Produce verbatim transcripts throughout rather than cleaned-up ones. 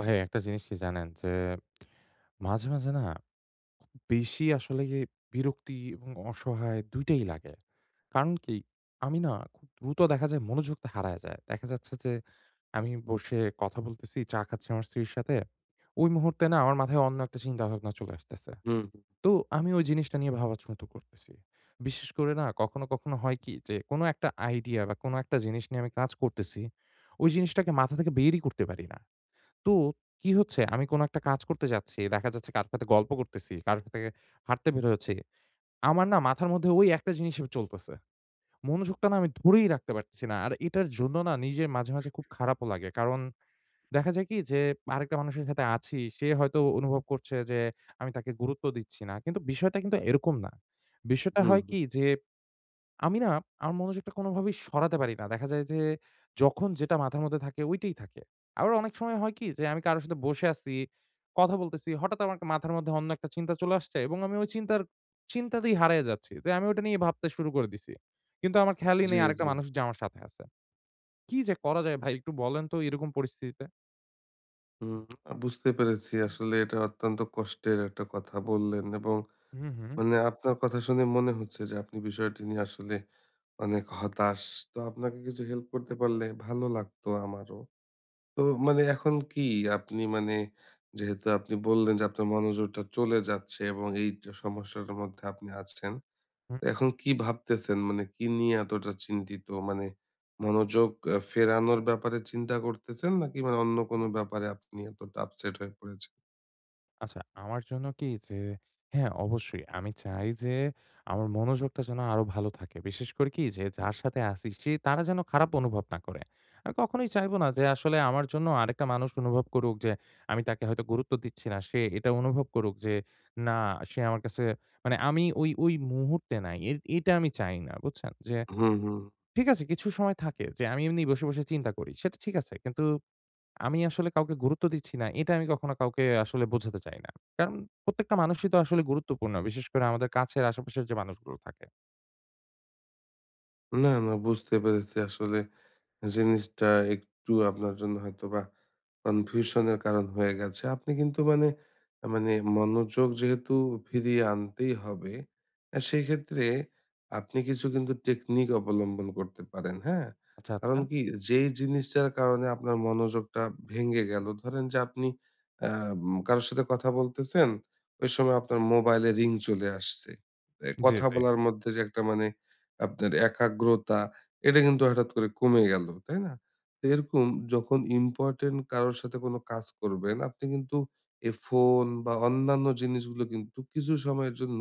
ভাই একটা জিনিস কি জানেন? যে মাঝে, মাঝে না বেশি আসলে গিয়ে বিরক্তি এবং অসহায় দুইটাই টাই লাগে। কারণ কি? আমি না খুব দ্রুত দেখা যায় মনোযোগটা হারায় যায়। দেখা যাচ্ছে যে আমি বসে কথা বলতেছি, চা খাচ্ছি আমার স্ত্রীর সাথে। ওই মুহূর্তে না আমার মাথায় অন্য একটা চিন্তাভাবনা চলে আসতেছে। হুম, তো আমি ওই জিনিসটা নিয়ে ভাবাচ্ছুত করতেছি। বিশেষ করে না কখনো, কখনো হয় কি? যে কোনো একটা আইডিয়া বা কোনো একটা জিনিস নিয়ে আমি কাজ করতেছি, ওই জিনিসটাকে মাথা থেকে বেরই করতে পারি না। তো কি হচ্ছে, আমি কোনো একটা কাজ করতে যাচ্ছি। দেখা যাচ্ছে কারো সাথে গল্প করতেছি, কারো সাথে হাঁটতে বের হচ্ছি। আমার না মাথার মধ্যে ওই একটা জিনিস চলতেছে। মনোযোগটা না আমি ধরেই রাখতে পারতেছি না। আর এটার জন্য না নিজের মাঝে, মাঝে খুব খারাপও লাগে। কারণ দেখা যায় কি যে আরেকটা মানুষের সাথে আছি, সে হয়তো অনুভব করছে যে আমি তাকে গুরুত্ব দিচ্ছি না। কিন্তু বিষয়টা কিন্তু এরকম না। বিষয়টা হুম, হয় হুম। কি যে আমি না আমার মনোযোগটা কোনোভাবেই সরাতে পারি না। দেখা যায় যে যখন যেটা মাথার মধ্যে থাকে ঐটাই থাকে। আবার অনেক সময় হয় কি যে আমি কারো সাথে বসে আছি, কথা বলতেছি। হঠাৎ আমার মাথার মধ্যে অন্য একটা চিন্তা চলে আসছে এবং আমি ওই চিন্তার চিন্তাতেই হারিয়ে যাচ্ছি। যে আমি ওটা নিয়ে ভাবতে শুরু করে দিছি। কিন্তু আমার খেয়ালই জি, নেই আরেকটা জি। মানুষ যে আমার সাথে আছে। কি যে করা যায় ভাই একটু বলেন তো এরকম পরিস্থিতিতে? হুম, আ বুঝতে পেরেছি। আসলে এটা অত্যন্ত কষ্টের একটা কথা বললেন এবং হু, মানে আপনার কথা শুনে মনে হচ্ছে যে আপনি বিষয়টি নিয়ে আসলে অনেক হতাশ। তো আপনাকে কিছু হেল্প করতে পারলে ভালো লাগতো আমারও। তো মানে এখন কি আপনি মানে যেহেতু আপনি বললেন যে আপনার মনোযোগটা চলে যাচ্ছে এবং এই সমস্যাটার মধ্যে আপনি আছেন। হু। এখন কি ভাবতেছেন? মানে কি নিয়ে এতটা চিন্তিত? মানে মনোযোগ আ ফেরানোর ব্যাপারে চিন্তা করতেছেন নাকি মানে অন্য কোনো ব্যাপারে আপনি এতটা আপসেট হয়ে পড়েছেন? আচ্ছা, আমার জন্য কি যে হ্যাঁ, অবশ্যই আমি চাই যে আমার মনোযোগটা যেন আরো ভালো থাকে। বিশেষ করে কি যে যার সাথে আছি সে তারা যেন খারাপ অনুভব না করে। আমি কখনোই চাইবো না যে আসলে আমার জন্য আরেকটা মানুষ অনুভব করুক যে আমি তাকে হয়তো গুরুত্ব দিচ্ছি না। সে এটা অনুভব করুক যে না সে আমার কাছে মানে আমি ওই, ওই মুহূর্তে নাই। এ এটা আমি চাই না, বুঝছেন? যে হুম, হুম। ঠিক আছে কিছু সময় থাকে যে আমি এমনি বসে, বসে চিন্তা করি। সেটা ঠিক আছে। কিন্তু আমি আসলে কাউকে গুরুত্ব দিচ্ছি না, এটা আমি কখনো কাউকে আসলে বোঝাতে চাই না। কারণ প্রত্যেকটা মানুষই তো আসলে গুরুত্বপূর্ণ। বিশেষ করে আমাদের কাছের আশেপাশের যে মানুষগুলো থাকে। না, না বুঝতে পেরেছি আসলে জিনিসটা একটু আপনার জন্য হয়তোবা কনফিউশনের কারণ হয়ে গেছে। আপনি কিন্তু মানে, মানে মনোযোগ যেহেতু ফিরিয়ে আনতেই হবে, অ্যা সেক্ষেত্রে আপনি কিছু কিন্তু টেকনিক অবলম্বন করতে পারেন, হ্যাঁ? আচ্ছা, আচ্ছা। কারণ কি যেই জিনিসটার কারণে আপনার মনোযোগটা ভেঙে গেল, ধরেন যে আপনি অ্যা কারো সাথে কথা বলতেছেন, ওই সময় আপনার মোবাইলে রিং চলে আসছে। এ জি, কথা জি। বলার মধ্যে যে একটা মানে আপনার একাগ্রতা এটা কিন্তু হঠাৎ করে কমে গেল, তাই না? তো এরকম যখন ইম্পোর্টেন্ট কারোর সাথে কোন কাজ করবেন, আপনি কিন্তু এই ফোন বা অন্যান্য জিনিসগুলো কিন্তু কিছু সময়ের জন্য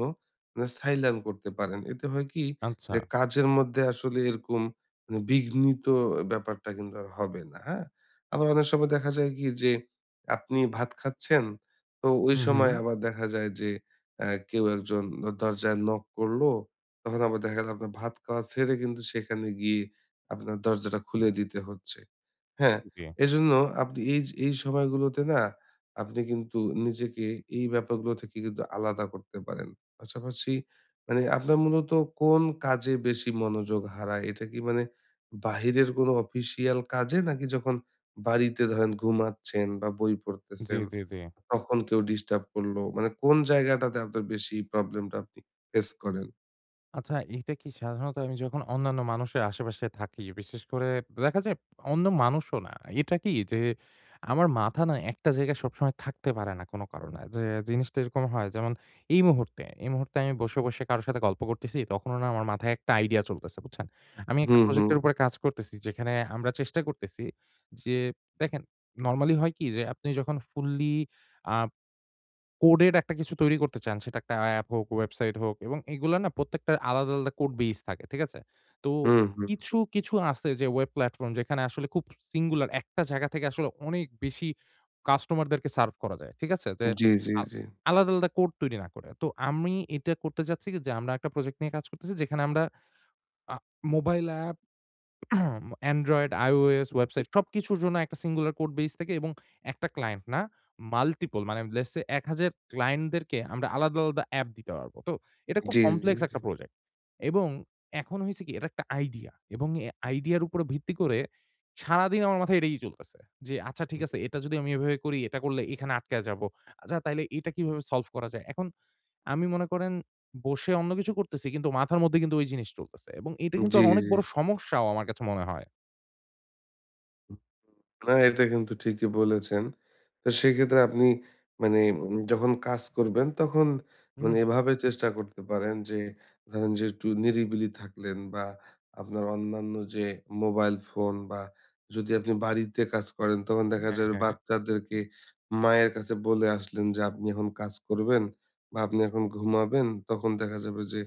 মানে সাইলেন্ট করতে পারেন। এতে হয় কি আচ্ছা। যে কাজের মধ্যে আসলে এরকম মানে বিঘ্নিত ব্যাপারটা কিন্তু আর হবে না, হ্যাঁ? আবার অনেক সময় দেখা যায় কি যে আপনি ভাত খাচ্ছেন, তো ওই হুম, হুম। সময় আবার দেখা যায় যে অ্যা কেউ একজন দরজায় নক করলো তখন আবার দেখা গেল আপনার ভাত খাওয়া ছেড়ে কিন্তু সেখানে গিয়ে আপনার দরজাটা খুলে দিতে হচ্ছে। হ্যাঁ? হুম। এজন্য আপনি এই য এই সময়গুলোতে না আপনি কিন্তু নিজেকে এই ব্যাপারগুলো থেকে কিন্তু আলাদা করতে পারেন। পাশাপাশি মানে আপনার মূলত কোন কাজে বেশি মনোযোগ হারায়? এটা কি মানে বাহিরের কোনো অফিসিয়াল কাজে নাকি যখন বাড়িতে ধরেন ঘুমাচ্ছেন বা বই জি, জি, পড়তেছেন, জি, জি। তখন কেউ ডিস্টার্ব করলো? মানে কোন জায়গাটাতে আপনার বেশি প্রবলেমটা আপনি ফেস করেন? আচ্ছা এইটা কি সাধারণত আমি যখন অন্যান্য মানুষের আশেপাশে থাকি, বিশেষ করে দেখা যায় অন্য মানুষও না। এটা কি যে আমার মাথা না একটা জায়গায় সবসময় থাকতে পারে না কোনো কারণে। যে জিনিসটা এরকম হয় যেমন এই মুহূর্তে, এই মুহূর্তে আমি বসে, বসে কারো সাথে গল্প করতেছি তখনও না আমার মাথায় একটা আইডিয়া চলতেছে, বুঝছেন? আমি একটা হুম, হুম। প্রজেক্টের উপরে কাজ করতেছি যেখানে আমরা চেষ্টা করতেছি যে দেখেন নরমালি হয় কি যে আপনি যখন ফুললি আ কোডের একটা কিছু তৈরি করতে চান, সেটা একটা অ্যাপ হোক, ওয়েবসাইট হোক এবং এগুলা না প্রত্যেকটার আলাদা, আলাদা কোড বেইস থাকে। ঠিক আছে? তো হুম, হুম। কিছু, কিছু আছে যে ওয়েব প্ল্যাটফর্ম যেখানে আসলে খুব সিঙ্গুলার একটা জায়গা থেকে আসলে অনেক বেশি কাস্টমারদেরকে সার্ভ করা যায়। ঠিক আছে? যে জি, জি, আ জি। আলাদা, আলাদা কোড তৈরি না করে। তো আমি এটা করতে চাচ্ছি কি যে আমরা একটা প্রজেক্ট নিয়ে কাজ করতেছি যেখানে আমরা আ mobile app Android, iOS, website সবকিছুর জন্য একটা সিঙ্গুলার কোড বেইস থেকে এবং একটা ক্লায়েন্ট না মাল্টিপল মানে লেটস সে এক হাজার ক্লায়েন্টদেরকে আমরা আলাদা, আলাদা অ্যাপ দিতে পারবো। তো এটা খুব জি, জি, কমপ্লেক্স জি। একটা প্রজেক্ট এবং এখন হইছে কি এটা একটা আইডিয়া এবং এ আইডিয়ার উপরে ভিত্তি করে সারাদিন আমার মাথায় এটাই চলতেছে। যে আচ্ছা ঠিক আছে এটা যদি আমি এভাবে করি, এটা করলে এখানে আটকায় যাবো। আচ্ছা তাইলে এটা কিভাবে সলভ করা যায়? এখন আমি মনে করেন বসে অন্য কিছু করতেছি কিন্তু মাথার মধ্যে কিন্তু ওই জিনিস চলতেছে এবং এটা কিন্তু জি, আর অনেক জি। বড় সমস্যাও আমার কাছে মনে হয়। না, এটা কিন্তু ঠিকই বলেছেন। তো সেক্ষেত্রে আপনি মানে উম যখন কাজ করবেন তখন মানে হুম, এভাবে চেষ্টা করতে পারেন যে ধরেন যে একটু নিরিবিলি থাকলেন বা আপনার অন্যান্য যে মোবাইল ফোন বা যদি আপনি বাড়িতে কাজ করেন তখন দেখা যাবে হ্যাঁ। বাচ্চাদেরকে মায়ের কাছে বলে আসলেন যে আপনি এখন কাজ করবেন বা আপনি এখন ঘুমাবেন। তখন দেখা যাবে যে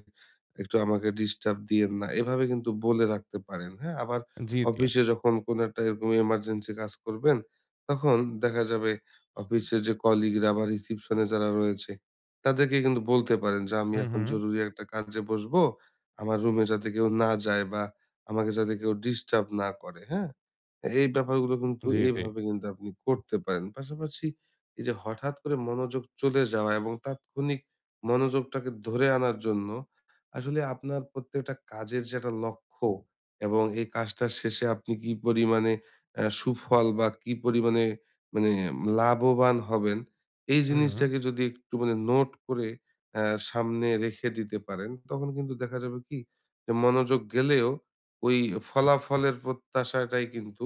একটু আমাকে ডিস্টার্ব দিয়েন না। এভাবে কিন্তু বলে রাখতে পারেন, হ্যাঁ? আবার জি, জি। অফিসে যখন কোনো একটা এরকম এমার্জেন্সি কাজ করবেন, তখন দেখা যাবে অফিসে যে কলিগরা বা রিসিপশনে যারা রয়েছে, তাদেরকে কিন্তু বলতে পারেন যে, "আমি হুম, এখন হুম। জরুরি একটা কাজে বসবো। আমার রুমে যাতে কেউ না যায় বা আমাকে যাতে কেউ ডিস্টার্ব না করে।" হ্যাঁ? এই ব্যাপারগুলো কিন্তু জি, জি। এইভাবে কিন্তু আপনি করতে পারেন। পাশাপাশি এই যে হঠাৎ করে মনোযোগ চলে যাওয়া এবং তাৎক্ষণিক মনোযোগটাকে ধরে আনার জন্য আসলে আপনার প্রত্যেকটা কাজের যে একটা লক্ষ্য এবং এই কাজটার শেষে আপনি কি পরিমাণে আ সুফল বা কি পরিমাণে মানে লাভবান হবেন, এই হুম, হুম। জিনিসটাকে যদি একটু মানে নোট করে আ সামনে রেখে দিতে পারেন, তখন কিন্তু দেখা যাবে কি যে মনোযোগ গেলেও ওই ফলাফলের প্রত্যাশাটাই কিন্তু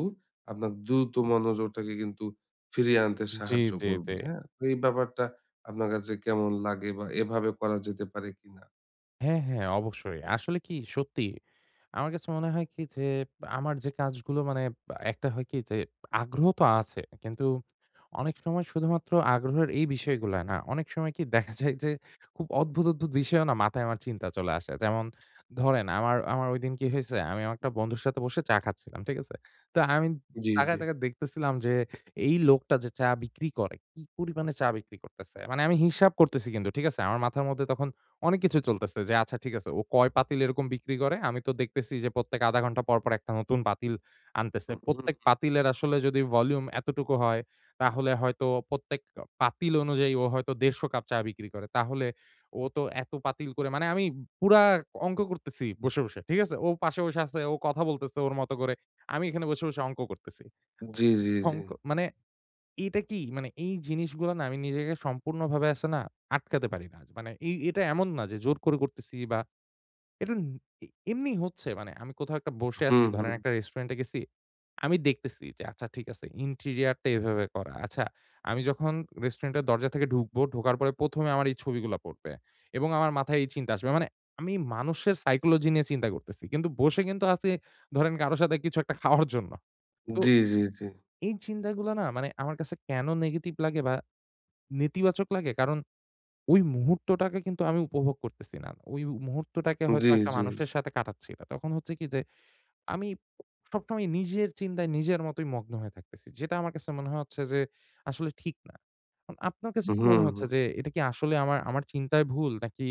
আপনার দ্রুত মনোযোগটাকে কিন্তু ফিরিয়ে আনতে জি, সাহায্য জি, জি। করবে, হ্যাঁ? তো এই ব্যাপারটা আপনার কাছে কেমন লাগে বা এভাবে করা যেতে পারে কিনা? হ্যাঁ, হ্যাঁ, অবশ্যই। আসলে কি সত্যি আমার কাছে মনে হয় কি যে, আমার যে কাজগুলো মানে একটা হয় কি যে আগ্রহ তো আছে। কিন্তু অনেক সময় শুধুমাত্র আগ্রহের এই বিষয়গুলা না। অনেক সময় কি দেখা যায় যে খুব অদ্ভুত, অদ্ভুত বিষয়ও না মাথায় আমার চিন্তা চলে আসে। যেমন ধরেন আমার, আমার ওইদিন কি হয়েছে? আমি আমার একটা বন্ধুর সাথে বসে চা খাচ্ছিলাম। ঠিক আছে? তো আমি জি, তাকায়, জি। তাকায় দেখতেছিলাম যে এই লোকটা যে চা বিক্রি করে, কি পরিমাণে চা বিক্রি করতেছে। মানে আমি হিসাব করতেছি কিন্তু। ঠিক আছে? আমার মাথার মধ্যে তখন অনেক কিছু চলতেছে যে আচ্ছা ঠিক আছে ও কয় পাতিল এরকম বিক্রি করে। আমি তো দেখতেছি যে প্রত্যেক আধা ঘন্টা পর, পর একটা নতুন পাতিল আনতেছে। হুম, হুম। প্রত্যেক পাতিলের আসলে যদি ভলিউম এতটুকু হয় তাহলে হয়তো প্রত্যেক পাতিল অনুযায়ী ও হয়তো একশ পঞ্চাশ কাপ চা বিক্রি করে। তাহলে ও তো এত পাতিল করে মানে আমি পুরা অঙ্ক করতেছি বসে, বসে। ঠিক আছে? ও পাশে বসে আছে, ও কথা বলতেছে ওর মতো করে। আমি এখানে বসে, বসে অঙ্ক করতেছি। জি, জি, জি। অঙ্ক মানে এটা কি মানে এই জিনিসগুলা না আমি নিজেকে সম্পূর্ণভাবে আছে না আটকাতে পারি না। মানে এই এটা এমন না যে জোর করে করতেছি বা এটা ন এ এমনি হচ্ছে। মানে আমি কোথাও একটা বসে আছি, হুম, ধরেন হুম। একটা রেস্টুরেন্টে গেছি। আমি দেখতেছি যে আচ্ছা ঠিক আছে ইন্টেরিয়রটা এভাবে করা। আচ্ছা আমি যখন রেস্টুরেন্টের দরজা থেকে ঢুকবো, ঢোকার পরে প্রথম এ আমার এই ছবিগুলা পড়বে এবং আমার মাথায় এই চিন্তা আসবে। মানে আমি মানুষের সাইকোলজি নিয়ে চিন্তা করতেছি। কিন্তু বসে কিন্তু আছি ধরেন কারো সাথে কিছু একটা খাওয়ার জন্য। তো জি, জি, জি। এই চিন্তাগুলা না মানে আমার কাছে কেন নেগেটিভ লাগে বা নেতিবাচক লাগে কারণ ওই মুহূর্তটাকে কিন্তু আমি উপভোগ করতেছি না। ওই মুহূর্তটাকে হয়তো জি, একটা জি, মানুষের জি। সাথে কাটাচ্ছি না। তখন হচ্ছে কি যে আমি সবসময় নিজের চিন্তায় নিজের মতোই মগ্ন হয়ে থাকতেছি। যেটা আমার কাছে মনে হচ্ছে যে আসলে ঠিক না। এখন আপনার কাছে হুম, কি মনে হুম। হচ্ছে যে এটা কি আসলে আমার আমার চিন্তায় ভুল নাকি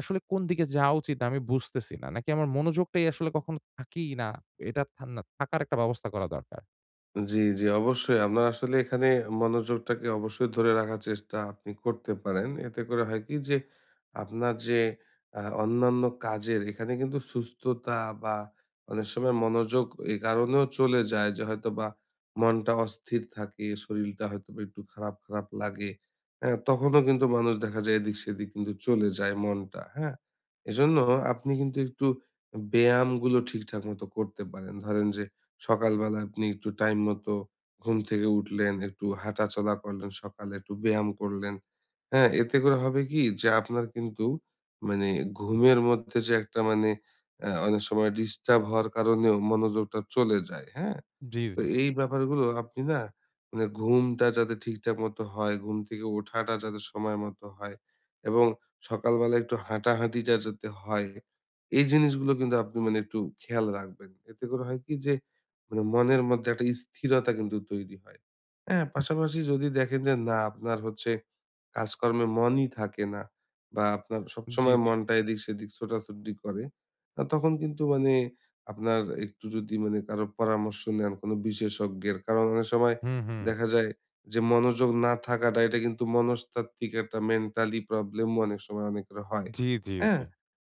আসলে কোন দিকে যাওয়া উচিত আমি বুঝতেছি না। নাকি আমার মনোযোগটাই আসলে কখনো থাকেই না। এটা থা না থাকার একটা ব্যবস্থা করা দরকার। জি, জি, অবশ্যই আপনার আসলে এখানে মনোযোগটাকে অবশ্যই ধরে রাখার চেষ্টা আপনি করতে পারেন। এতে করে হয় কি যে আপনার যে আ অন্যান্য কাজের এখানে কিন্তু সুস্থতা বা অনেক সময় মনোযোগ এই কারণেও চলে যায় যে হয়তোবা মনটা অস্থির থাকে, শরীরটা হয়তোবা একটু খারাপ, খারাপ লাগে। হ্যাঁ? তখনও কিন্তু মানুষ দেখা যায় এদিক সেদিক কিন্তু চলে যায় মনটা, হ্যাঁ? এজন্য আপনি কিন্তু একটু ব্যায়ামগুলো ঠিকঠাক মতো করতে পারেন। ধরেন যে সকালবেলা আপনি একটু টাইম মতো ঘুম থেকে উঠলেন, একটু হাঁটাচলা করলেন সকালে, একটু ব্যায়াম করলেন। হ্যাঁ? এতে করে হবে কি যে আপনার কিন্তু মানে ঘুমের মধ্যে যে একটা মানে অ্যা অনেক সময় ডিস্টার্ব হওয়ার কারণেও মনোযোগটা চলে যায়। হ্যাঁ? জি, তো জি। এই ব্যাপারগুলো আপনি না মানে ঘুমটা যাতে ঠিকঠাক মতো হয়, ঘুম থেকে ওঠাটা যাতে সময় মতো হয় এবং সকালবেলা একটু হাঁটাহাঁটিটা যাতে হয়, এই জিনিসগুলো কিন্তু আপনি মানে একটু খেয়াল রাখবেন। এতে করে হয় কি যে মানে মনের মধ্যে একটা স্থিরতা কিন্তু তৈরি হয়। হ্যাঁ? পাশাপাশি যদি দেখেন যে না আপনার হচ্ছে কাজকর্মে মনই থাকে না বা আপনার জি, সবসময় জি। মনটা এদিক সেদিক ছোটাছুটি করে, আ তখন কিন্তু মানে আপনার একটু যদি মানে কারো পরামর্শ নেন কোনো বিশেষজ্ঞের, কারণ অনেক সময় হুম, হুম। দেখা যায় যে মনোযোগ না থাকাটা এটা কিন্তু মনস্তাত্ত্বিক একটা মেন্টালি প্রবলেমও অনেক সময় অনেকের হয়। জি, জি, জি। হ্যাঁ?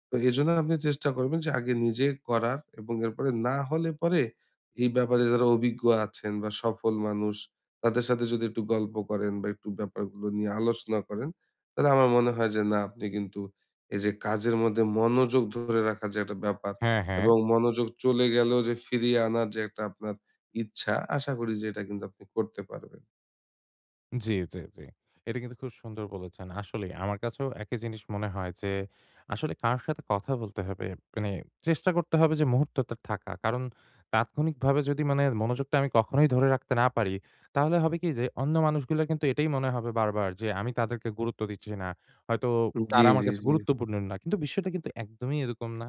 তো এজন্য আপনি চেষ্টা করবেন যে আগে নিজে করার এবং এরপরে না হলে পরে এই ব্যাপারে যারা অভিজ্ঞ আছেন বা সফল মানুষ তাদের সাথে যদি একটু গল্প করেন বা একটু ব্যাপারগুলো নিয়ে আলোচনা করেন, তাহলে আমার মনে হয় যে না আপনি কিন্তু এই যে কাজের মধ্যে মনোযোগ ধরে রাখার যে একটা ব্যাপার হ্যাঁ, হ্যাঁ। এবং মনোযোগ চলে গেলেও যে ফিরিয়ে আনার যে একটা আপনার ইচ্ছা, আশা করি যে এটা কিন্তু আপনি করতে পারবেন। জি, জি, জি। এটা কিন্তু খুব সুন্দর বলেছেন। আসলেই আমার কাছেও একই জিনিস মনে হয় যে, আসলে কার সাথে কথা বলতে হবে, মানে চেষ্টা করতে হবে যে মুহূর্তটা থাকা। কারণ তাৎক্ষণিকভাবে যদি মানে মনোযোগটা আমি কখনোই ধরে রাখতে না পারি, তাহলে হবে কি যে অন্য মানুষগুলার কিন্তু এটাই মনে হবে বারবার যে আমি তাদেরকে গুরুত্ব দিচ্ছি না। হয়তো জি, তারা আমার জি, কাছে জি। গুরুত্বপূর্ণ না। কিন্তু বিষয়টা কিন্তু একদমই এরকম না।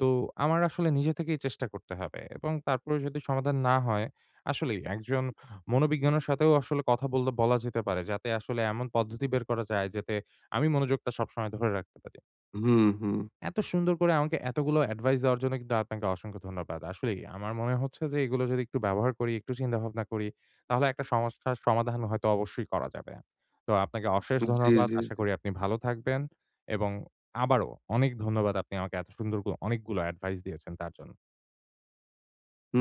তো আমার আসলে নিজে থেকেই চেষ্টা করতে হবে এবং তারপরেও যদি সমাধান না হয়, আসলেই একজন মনোবিজ্ঞানের সাথেও আসলে কথা বলতে বলা যেতে পারে। যাতে আসলে এমন পদ্ধতি বের করা যায় যাতে আমি মনোযোগটা সবসময় ধরে রাখতে পারি। হুম, হুম। এত সুন্দর করে আমাকে এতগুলো অ্যাডভাইস দেওয়ার জন্য কিন্তু আপনাকে অসংখ্য ধন্যবাদ। আসলেই আমার মনে হচ্ছে যে এগুলো যদি একটু ব্যবহার করি, একটু চিন্তাভাবনা করি তাহলে একটা সমস্যার সমাধান হয়তো অবশ্যই করা যাবে। তো আপনাকে অশেষ জি, ধন্যবাদ। জি, আশা জি। করি আপনি ভালো থাকবেন এবং আবারও অনেক ধন্যবাদ আপনি আমাকে এত সুন্দর গ অনেকগুলো অ্যাডভাইস দিয়েছেন তার জন্য।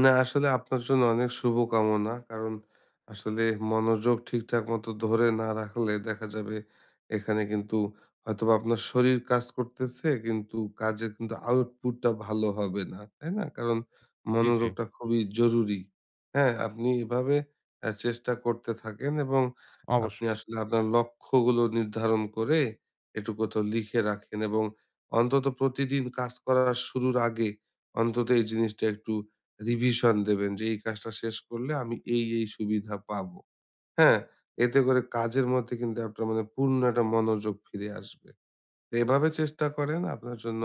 না আসলে আপনার জন্য অনেক শুভকামনা। কারণ আসলে মনোযোগ ঠিকঠাক মতো ধরে না রাখলে দেখা যাবে এখানে কিন্তু হয়তোবা আপনার শরীর কাজ করতেছে কিন্তু কাজের কিন্তু আউটপুটটা ভালো হবে না। তাই না? কারণ জি, জি। মনোযোগটা খুবই জরুরি। হ্যাঁ? আপনি এভাবে আ চেষ্টা করতে থাকেন এবং আপনি অবশ্যই। আসলে আপনার লক্ষ্যগুলো নির্ধারণ করে একটু কোথাও লিখে রাখেন এবং অন্তত প্রতিদিন কাজ করার শুরুর আগে অন্তত এই জিনিসটা একটু রিভিশন দেবেন যে এই কাজটা শেষ করলে আমি এই, এই সুবিধা পাবো। হ্যাঁ? এতে করে কাজের মধ্যে কিন্তু আপনার মানে পূর্ণ একটা মনোযোগ ফিরে আসবে। তো এভাবে চেষ্টা করেন। আপনার জন্য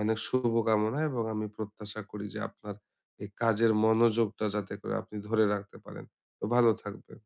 অনেক শুভকামনা এবং আমি প্রত্যাশা করি যে আপনার এই কাজের মনোযোগটা যাতে করে আপনি ধরে রাখতে পারেন। তো ভালো থাকবেন।